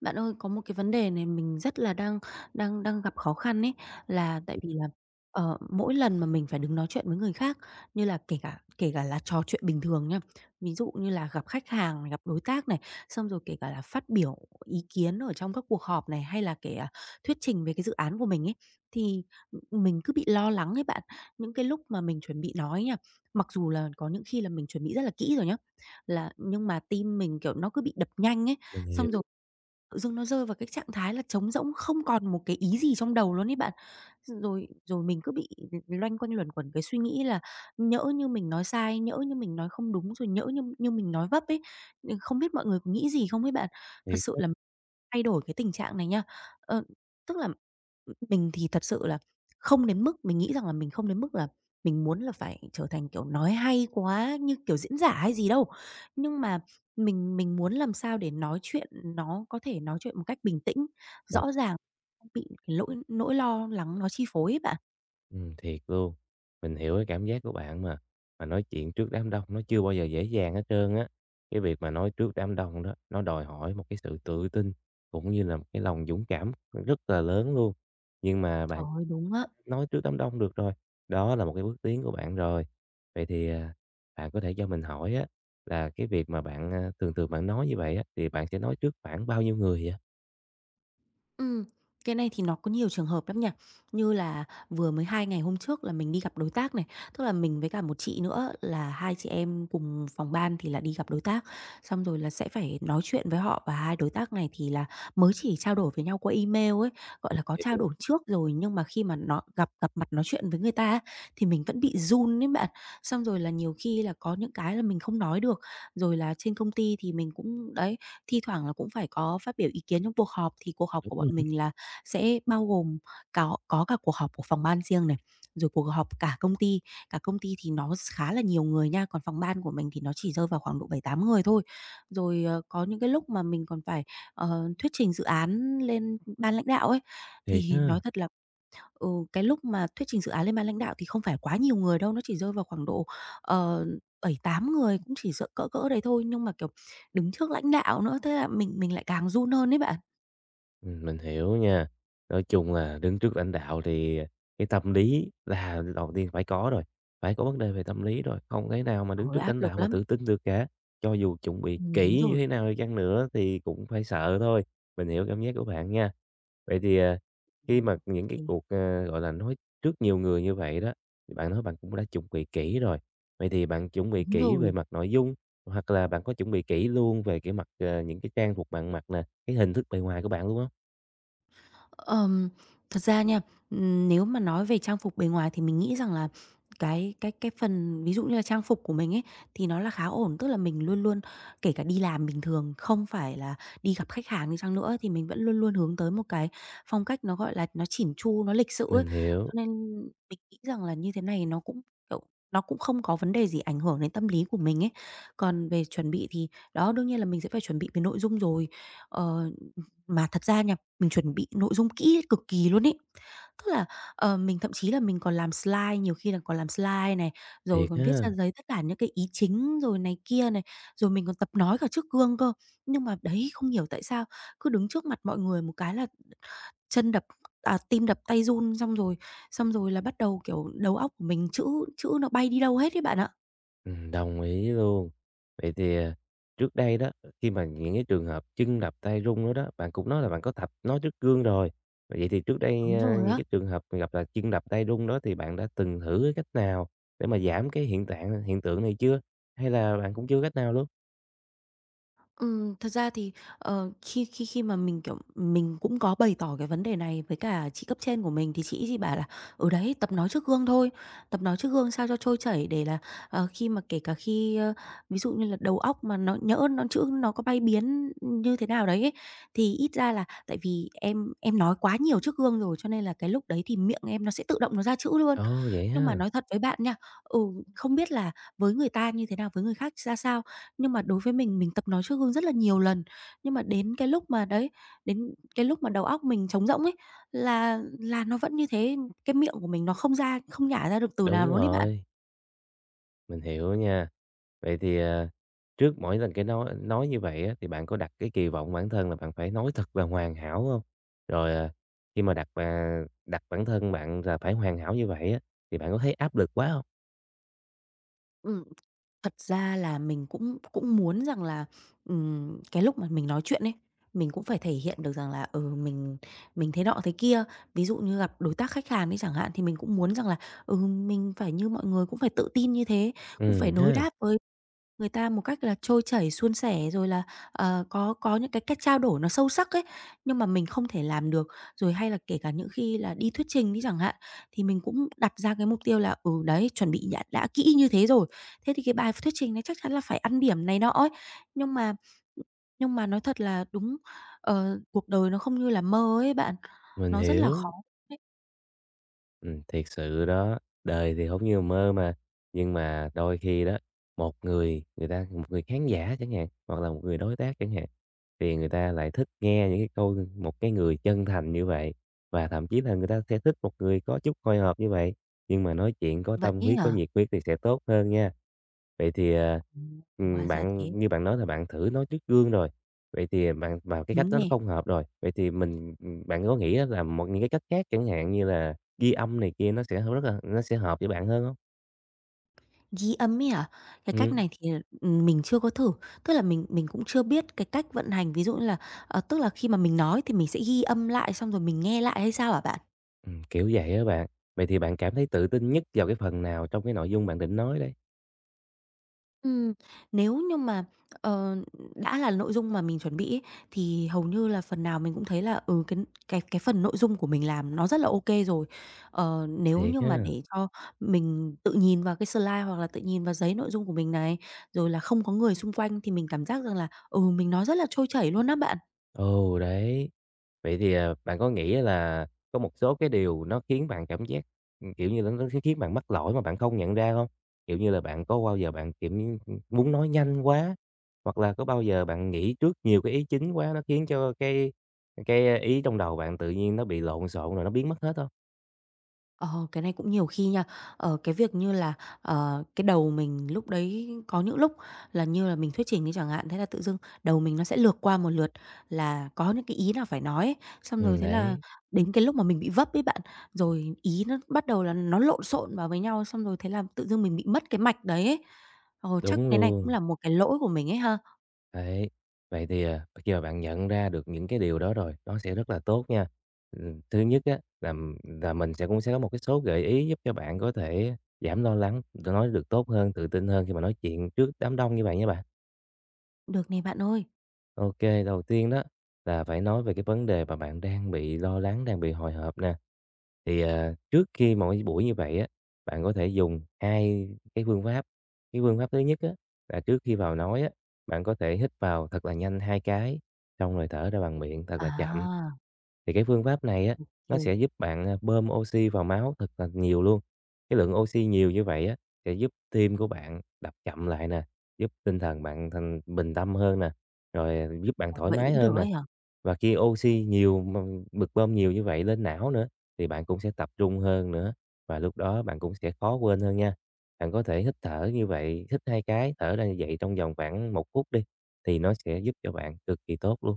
Bạn ơi, có một cái vấn đề này mình rất là đang đang đang gặp khó khăn ấy, là tại vì là, mỗi lần mà mình phải đứng nói chuyện với người khác, như là kể cả là trò chuyện bình thường nhá, ví dụ như là gặp khách hàng này, gặp đối tác này, xong rồi kể cả là phát biểu ý kiến ở trong các cuộc họp này, hay là thuyết trình về cái dự án của mình ấy, thì, mình cứ bị lo lắng ấy bạn. Những cái lúc mà mình chuẩn bị nói nha, mặc dù là có những khi là mình chuẩn bị rất là kỹ rồi nhá, là nhưng mà tim mình, kiểu, nó cứ bị đập nhanh ấy, Mình xong rồi hiểu, tự dưng nó rơi vào cái trạng thái là trống rỗng, không còn một cái ý gì trong đầu luôn ấy bạn. Rồi rồi mình cứ bị loanh quanh luẩn quẩn cái suy nghĩ là nhỡ như mình nói sai, nhỡ như mình nói không đúng, rồi nhỡ như như mình nói vấp ấy, không biết mọi người có nghĩ gì không ấy bạn? Thật thiệt sự là á, thay đổi cái tình trạng này nha. Ờ, tức là, mình thì thật sự là không đến mức mình nghĩ rằng là mình không đến mức là mình muốn là phải trở thành, kiểu, nói hay quá như kiểu diễn giả hay gì đâu. Nhưng mà mình muốn làm sao để nói chuyện nó có thể nói chuyện một cách bình tĩnh, chồng rõ ràng, không bị cái lỗi nỗi lo lắng nó chi phối ấy bạn. Thiệt luôn. Mình hiểu cái cảm giác của bạn mà nói chuyện trước đám đông nó chưa bao giờ dễ dàng hết trơn á. Cái việc mà nói trước đám đông đó, nó đòi hỏi một cái sự tự tin cũng như là một cái lòng dũng cảm rất là lớn luôn. Nhưng mà Trời bạn ơi, đúng á. đã nói trước đám đông được rồi, đó là một cái bước tiến của bạn rồi. Vậy thì, bạn có thể cho mình hỏi á, là cái việc mà bạn, thường thường bạn nói như vậy á, thì bạn sẽ nói trước khoảng bao nhiêu người vậy? Ừm, cái này thì nó có nhiều trường hợp lắm nha. Như là vừa mới 2 ngày hôm trước là mình đi gặp đối tác này, tức là mình với cả một chị nữa là hai chị em cùng phòng ban thì là đi gặp đối tác, xong rồi là sẽ phải nói chuyện với họ và hai đối tác này thì là mới chỉ trao đổi với nhau qua email ấy, gọi là, có trao Hiểu, đổi trước rồi nhưng mà khi mà nó gặp gặp mặt nói chuyện với người ta á, thì mình vẫn bị run ấy bạn. Xong rồi là nhiều khi là có những cái là mình không nói được, rồi là trên công ty thì mình cũng đấy, thi thoảng là cũng phải có phát biểu ý kiến trong cuộc họp. Thì cuộc họp đúng của bọn rồi, mình là sẽ bao gồm có cả cuộc họp của phòng ban riêng này, rồi cuộc họp cả công ty. Cả công ty thì nó khá là nhiều người nha, còn phòng ban của mình thì nó chỉ rơi vào khoảng độ 7 8 người thôi. Rồi, có những cái lúc mà mình còn phải, thuyết trình dự án lên ban lãnh đạo ấy, thiệt thì nói ha. thật là cái lúc mà thuyết trình dự án lên ban lãnh đạo thì không phải quá nhiều người đâu, nó chỉ rơi vào khoảng độ, ờ, 7, 8 người, cũng chỉ cỡ cỡ cỡ đấy thôi, nhưng mà, kiểu, đứng trước lãnh đạo nữa, thế là mình lại càng run hơn đấy bạn. Mình hiểu nha. Nói chung là đứng trước lãnh đạo thì cái tâm lý là đầu tiên phải có rồi, phải có vấn đề về tâm lý rồi, không thể nào mà đứng Trời ơi, trước áp lãnh lực đạo mà lắm. tự tin được cả. Cho dù chuẩn bị Đúng kỹ như rồi. thế nào đi chăng nữa thì cũng phải sợ thôi, mình hiểu cảm giác của bạn nha. Vậy thì, Ờ, khi mà ô những cái cuộc, gọi là, nói trước nhiều người như vậy đó, thì bạn nói bạn cũng đã chuẩn bị kỹ rồi, vậy thì bạn chuẩn bị Đúng kỹ về rồi. mặt nội dung, hoặc là bạn có chuẩn bị kỹ luôn về cái mặt, những cái trang phục bạn mặc nè, cái hình thức bề ngoài của bạn luôn không? Ờm, thật ra nha, nếu mà nói về trang phục bề ngoài thì mình nghĩ rằng là cái phần ví dụ như là trang phục của mình ấy, thì nó là khá ổn. Tức là mình luôn luôn kể cả đi làm bình thường, không phải là đi gặp khách hàng đi chăng nữa thì mình vẫn luôn luôn hướng tới một cái phong cách nó, gọi là, nó chỉn chu, nó lịch sự ấy. Mình hiểu, Cho nên mình nghĩ rằng là như thế này nó cũng, kiểu, nó cũng không có vấn đề gì ảnh hưởng đến tâm lý của mình ấy. Còn về chuẩn bị thì đó, đương nhiên là mình sẽ phải chuẩn bị về nội dung rồi. Ờ, mà thật ra nha, mình chuẩn bị nội dung kỹ cực kỳ luôn ấy. Tức là, mình thậm chí là mình còn làm slide, nhiều khi là còn làm slide này, rồi thiệt còn viết ra ha, giấy tất cả những cái ý chính rồi này kia này, rồi mình còn tập nói cả trước gương cơ. Nhưng mà đấy, không hiểu tại sao cứ đứng trước mặt mọi người một cái là chân đập tim đập tay run, xong rồi là bắt đầu, kiểu, đầu óc của mình chữ chữ nó bay đi đâu hết đấy bạn ạ. Đồng ý luôn. Vậy thì, trước đây đó, khi mà những cái trường hợp chân đập tay rung đó đó, bạn cũng nói là bạn có tập nói trước gương rồi. Vậy thì trước đây, Đúng rồi những á. cái trường hợp gặp là chân đập tay rung đó thì bạn đã từng thử cái cách nào để mà giảm cái hiện tượng này chưa? Hay là bạn cũng chưa cách nào luôn? Thật ra thì, khi khi khi mà mình, kiểu, mình cũng có bày tỏ cái vấn đề này với cả chị cấp trên của mình thì chị ấy chỉ bảo là ở đấy, tập nói trước gương thôi, tập nói trước gương sao cho trôi chảy để là, khi mà kể cả khi, ví dụ như là đầu óc mà nó nhỡ nó chữ nó có bay biến như thế nào đấy ấy, thì ít ra là tại vì em nói quá nhiều trước gương rồi cho nên là cái lúc đấy thì miệng em nó sẽ tự động nó ra chữ luôn." Ồ, vậy Nhưng mà ha, nói thật với bạn nha, ừ, không biết là với người ta như thế nào, với người khác ra sao nhưng mà đối với mình tập nói trước gương rất là nhiều lần, nhưng mà đến cái lúc mà đấy, đến cái lúc mà đầu óc mình trống rỗng ấy, là nó vẫn như thế, cái miệng của mình nó không nhả ra được từ nào đúng luôn ấy bạn. rồi, mình hiểu nha. Vậy thì, trước mỗi lần cái nói như vậy á, thì bạn có đặt cái kỳ vọng bản thân là bạn phải nói thật là hoàn hảo không? Rồi, khi mà đặt bản thân bạn là phải hoàn hảo như vậy á, thì bạn có thấy áp lực quá không? Ừm, thật ra là mình cũng cũng muốn rằng là, cái lúc mà mình nói chuyện ấy, mình cũng phải thể hiện được rằng là, mình thế nọ thế kia. Ví dụ như gặp đối tác khách hàng đi chẳng hạn, thì mình cũng muốn rằng là, mình phải như mọi người, cũng phải tự tin như thế, cũng phải Ừ đối ha, đáp với người ta một cách là trôi chảy, suôn sẻ rồi là, có những cái cách trao đổi nó sâu sắc ấy, nhưng mà mình không thể làm được. Rồi hay là kể cả những khi là đi thuyết trình đi chẳng hạn, thì mình cũng đặt ra cái mục tiêu là, đấy, chuẩn bị đã kỹ như thế rồi, thế thì cái bài thuyết trình này chắc chắn là phải ăn điểm này nọ ấy. Nhưng mà nhưng mà nói thật là đúng, cuộc đời nó không như là mơ ấy bạn, mình nó rất là khó hiểu. đấy. Thiệt sự đó, đời thì không như mơ mà, nhưng mà đôi khi đó, một người người ta một người khán giả chẳng hạn, hoặc là một người đối tác chẳng hạn, thì người ta lại thích nghe những cái câu một cái người chân thành như vậy, và thậm chí là người ta sẽ thích một người có chút hồi hộp như vậy, nhưng mà nói chuyện có Vậy tâm ấy huyết, có hả? nhiệt huyết thì sẽ tốt hơn nha. Vậy thì, Ừm, hóa ra bạn thế, như bạn nói là bạn thử nói trước gương rồi, vậy thì bạn mà cái cách đúng đó nó nè. không hợp rồi, vậy thì bạn có nghĩ là một những cái cách khác chẳng hạn như là ghi âm này kia nó sẽ rất là nó sẽ hợp với bạn hơn không? Ghi âm ấy hả? Cái cách Ừm, này thì, mình chưa có thử, tức là mình cũng chưa biết cái cách vận hành, ví dụ như là, tức là khi mà mình nói thì mình sẽ ghi âm lại xong rồi mình nghe lại hay sao hả bạn? Kiểu vậy á bạn. Vậy thì bạn cảm thấy tự tin nhất vào cái phần nào trong cái nội dung bạn định nói đấy? Ừm, nếu như mà, ờ, đã là nội dung mà mình chuẩn bị ấy, thì hầu như là phần nào mình cũng thấy là, cái cái phần nội dung của mình làm nó rất là ok rồi. Nếu Thiệt như mà ha. để cho mình tự nhìn vào cái slide hoặc là tự nhìn vào giấy nội dung của mình này, rồi là không có người xung quanh thì mình cảm giác rằng là, mình nói rất là trôi chảy luôn á bạn. Ừ, đấy. Vậy thì, bạn có nghĩ là có một số cái điều nó khiến bạn cảm giác, kiểu như là, nó sẽ khiến bạn mắc lỗi mà bạn không nhận ra không? Kiểu như là, bạn có bao giờ bạn, kiểu như, muốn nói nhanh quá, hoặc là có bao giờ bạn nghĩ trước nhiều cái ý chính quá, nó khiến cho cái ý trong đầu bạn tự nhiên nó bị lộn xộn rồi nó biến mất hết không? Ờ, cái này cũng nhiều khi nha. Cái việc như là, cái đầu mình lúc đấy có những lúc là như là mình thuyết trình đi chẳng hạn, thế là tự dưng đầu mình nó sẽ lược qua một lượt là có những cái ý nào phải nói ấy, xong rồi thế là Đấy, đến cái lúc mà mình bị vấp ấy bạn, rồi ý nó bắt đầu là nó lộn xộn vào với nhau, xong rồi thế là tự dưng mình bị mất cái mạch đấy ấy. Ờ, chắc đúng cái này cũng luôn. là một cái lỗi của mình ấy ha? Đấy, vậy thì, khi mà bạn nhận ra được những cái điều đó rồi, nó sẽ rất là tốt nha. Thứ nhất á, là mình sẽ cũng sẽ có một cái số gợi ý giúp cho bạn có thể giảm lo lắng, rồi nói được tốt hơn, tự tin hơn khi mà nói chuyện trước đám đông như vậy nha bạn. Được này bạn ơi. Ok, đầu tiên đó là phải nói về cái vấn đề mà bạn đang bị lo lắng, đang bị hồi hộp nè. Thì, trước khi mà cái buổi như vậy á, bạn có thể dùng 2 cái phương pháp. Cái phương pháp thứ nhất á, là trước khi vào nói á, bạn có thể hít vào thật là nhanh 2 cái, xong rồi thở ra bằng miệng thật là chậm. À, Thì cái phương pháp này á, nó ô sẽ giúp bạn, bơm oxy vào máu thật là nhiều luôn. Cái lượng oxy nhiều như vậy á, sẽ giúp tim của bạn đập chậm lại nè, giúp tinh thần bạn thành bình tâm hơn nè, rồi, giúp bạn ờ, thoải vậy mái cũng được hơn nè. ấy hả? Và khi oxy nhiều mà được bơm nhiều như vậy lên não nữa, thì bạn cũng sẽ tập trung hơn nữa và lúc đó bạn cũng sẽ khó quên hơn nha. Bạn có thể hít thở như vậy, hít 2 cái, thở ra như vậy trong vòng khoảng 1 phút đi thì nó sẽ giúp cho bạn cực kỳ tốt luôn.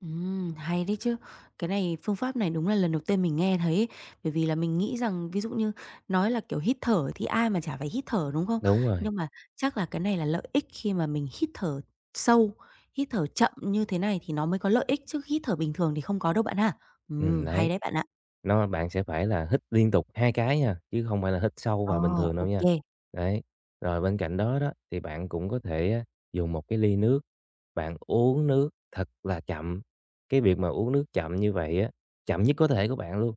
Hay đấy chứ. Cái này phương pháp này đúng là lần đầu tiên mình nghe thấy ấy. Bởi vì là mình nghĩ rằng ví dụ như nói là, kiểu, hít thở thì ai mà chả phải hít thở, đúng không? Đúng rồi. Nhưng mà chắc là cái này là lợi ích khi mà mình hít thở sâu, hít thở chậm như thế này thì nó mới có lợi ích, chứ hít thở bình thường thì không có đâu bạn ha. Hay Đấy, đấy bạn ạ. nó bạn sẽ phải là hít liên tục 2 cái nha, chứ không phải là hít sâu Ờ, vào bình thường đâu ok. nha. Kê. Đấy. Rồi bên cạnh đó đó thì bạn cũng có thể á, dùng một cái ly nước. Bạn uống nước thật là chậm. Cái việc mà uống nước chậm như vậy á, chậm nhất có thể của bạn luôn,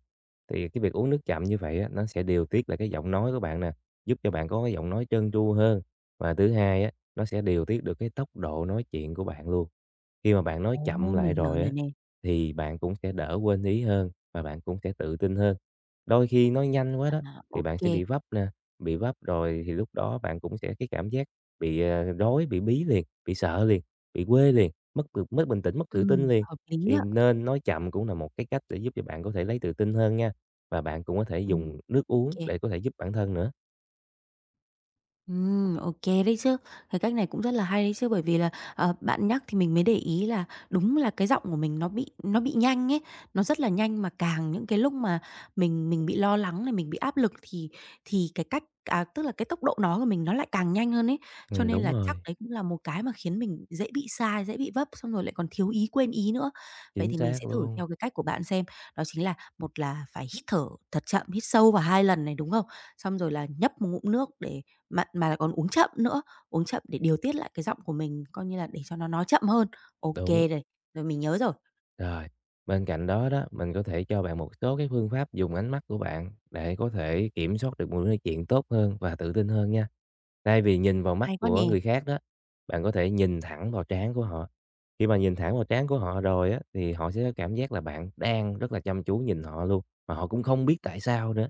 thì cái việc uống nước chậm như vậy á, nó sẽ điều tiết lại cái giọng nói của bạn nè, giúp cho bạn có cái giọng nói trơn tru hơn. Và thứ hai á, nó sẽ điều tiết được cái tốc độ nói chuyện của bạn luôn. Khi mà bạn nói Ồ, chậm mình lại hiểu rồi rồi á, nè. thì bạn cũng sẽ đỡ quên ý hơn và bạn cũng sẽ tự tin hơn. Đôi khi nói nhanh quá đó À, thì ô bạn sẽ bị vấp nè, bị vấp rồi thì lúc đó bạn cũng sẽ cái cảm giác bị, rối, bị bí liền, bị sợ liền, bị quê liền, mất bình tĩnh, mất tự tin liền. hợp lý Thì á. nên nói chậm cũng là một cái cách để giúp cho bạn có thể lấy tự tin hơn nha, và bạn cũng có thể Ừm, dùng nước ô uống để có thể giúp bản thân nữa. Ok đấy chứ. Cái cách này cũng rất là hay đấy chứ, bởi vì là, bạn nhắc thì mình mới để ý là đúng là cái giọng của mình nó bị nhanh ấy, nó rất là nhanh mà càng những cái lúc mà mình bị lo lắng này, mình bị áp lực thì thì cái cách tức là cái tốc độ nói của mình nó lại càng nhanh hơn ấy. Cho nên Đúng là chắc rồi, đấy cũng là một cái mà khiến mình dễ bị sai, dễ bị vấp, xong rồi lại còn thiếu ý, quên ý nữa. Vậy chính thì mình xác sẽ thử luôn, theo cái cách của bạn xem, đó chính là một là phải hít thở thật chậm, hít sâu vào 2 lần này, đúng không? Xong rồi là nhấp một ngụm nước để mà lại còn uống chậm nữa, uống chậm để điều tiết lại cái giọng của mình, coi như là để cho nó nói chậm hơn. Ok đúng. rồi, rồi mình nhớ rồi, Rồi, bên cạnh đó đó, mình có thể cho bạn một số cái phương pháp dùng ánh mắt của bạn để có thể kiểm soát được mối nói chuyện tốt hơn và tự tin hơn nha. Thay vì nhìn vào mắt hay quá của nè. người khác đó, bạn có thể nhìn thẳng vào trán của họ. Khi mà nhìn thẳng vào trán của họ rồi á, thì họ sẽ có cảm giác là bạn đang rất là chăm chú nhìn họ luôn, mà họ cũng không biết tại sao nữa.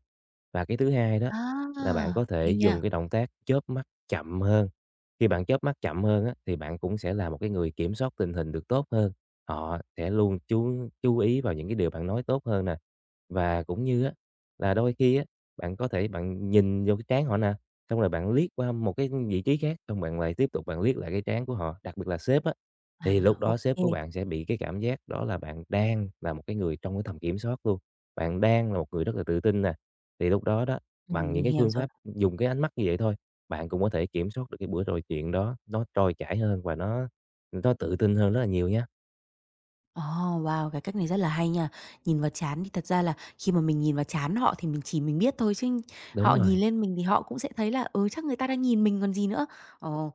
Và cái thứ hai đó là À, bạn có thể hay nha. dùng cái động tác chớp mắt chậm hơn. Khi bạn chớp mắt chậm hơn á, thì bạn cũng sẽ là một cái người kiểm soát tình hình được tốt hơn. Họ sẽ luôn chú ý vào những cái điều bạn nói tốt hơn nè. Và cũng như á, là đôi khi á, bạn có thể bạn nhìn vô cái trán họ nè, xong rồi bạn liếc qua một cái vị trí khác, xong bạn lại tiếp tục bạn liếc lại cái trán của họ, đặc biệt là sếp á, À, thì lúc ô đó sếp của bạn sẽ bị cái cảm giác đó là bạn đang là một cái người trong cái tầm kiểm soát luôn. Bạn đang là một người rất là tự tin nè. Thì lúc đó đó, bằng mình những cái hiểu phương rồi. pháp dùng cái ánh mắt như vậy thôi, bạn cũng có thể kiểm soát được cái buổi trò chuyện đó, nó trôi chảy hơn và nó tự tin hơn rất là nhiều nha. Ồ, wow, cái cách này rất là hay nha. Nhìn vào trán thì thật ra là khi mà mình nhìn vào trán họ thì mình chỉ mình biết thôi, chứ họ Đúng nhìn rồi. lên mình thì họ cũng sẽ thấy là, ừ, chắc người ta đang nhìn mình còn gì nữa. Ồ.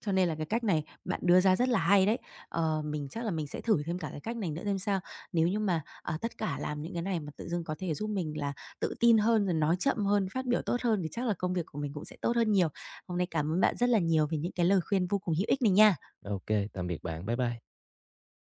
Cho nên là cái cách này bạn đưa ra rất là hay đấy. Ờ, mình chắc là mình sẽ thử thêm cả cái cách này nữa xem sao. Nếu như mà, tất cả làm những cái này mà tự dưng có thể giúp mình là tự tin hơn, rồi nói chậm hơn, phát biểu tốt hơn thì chắc là công việc của mình cũng sẽ tốt hơn nhiều. Hôm nay cảm ơn bạn rất là nhiều về những cái lời khuyên vô cùng hữu ích này nha. Ok, tạm biệt bạn. Bye bye.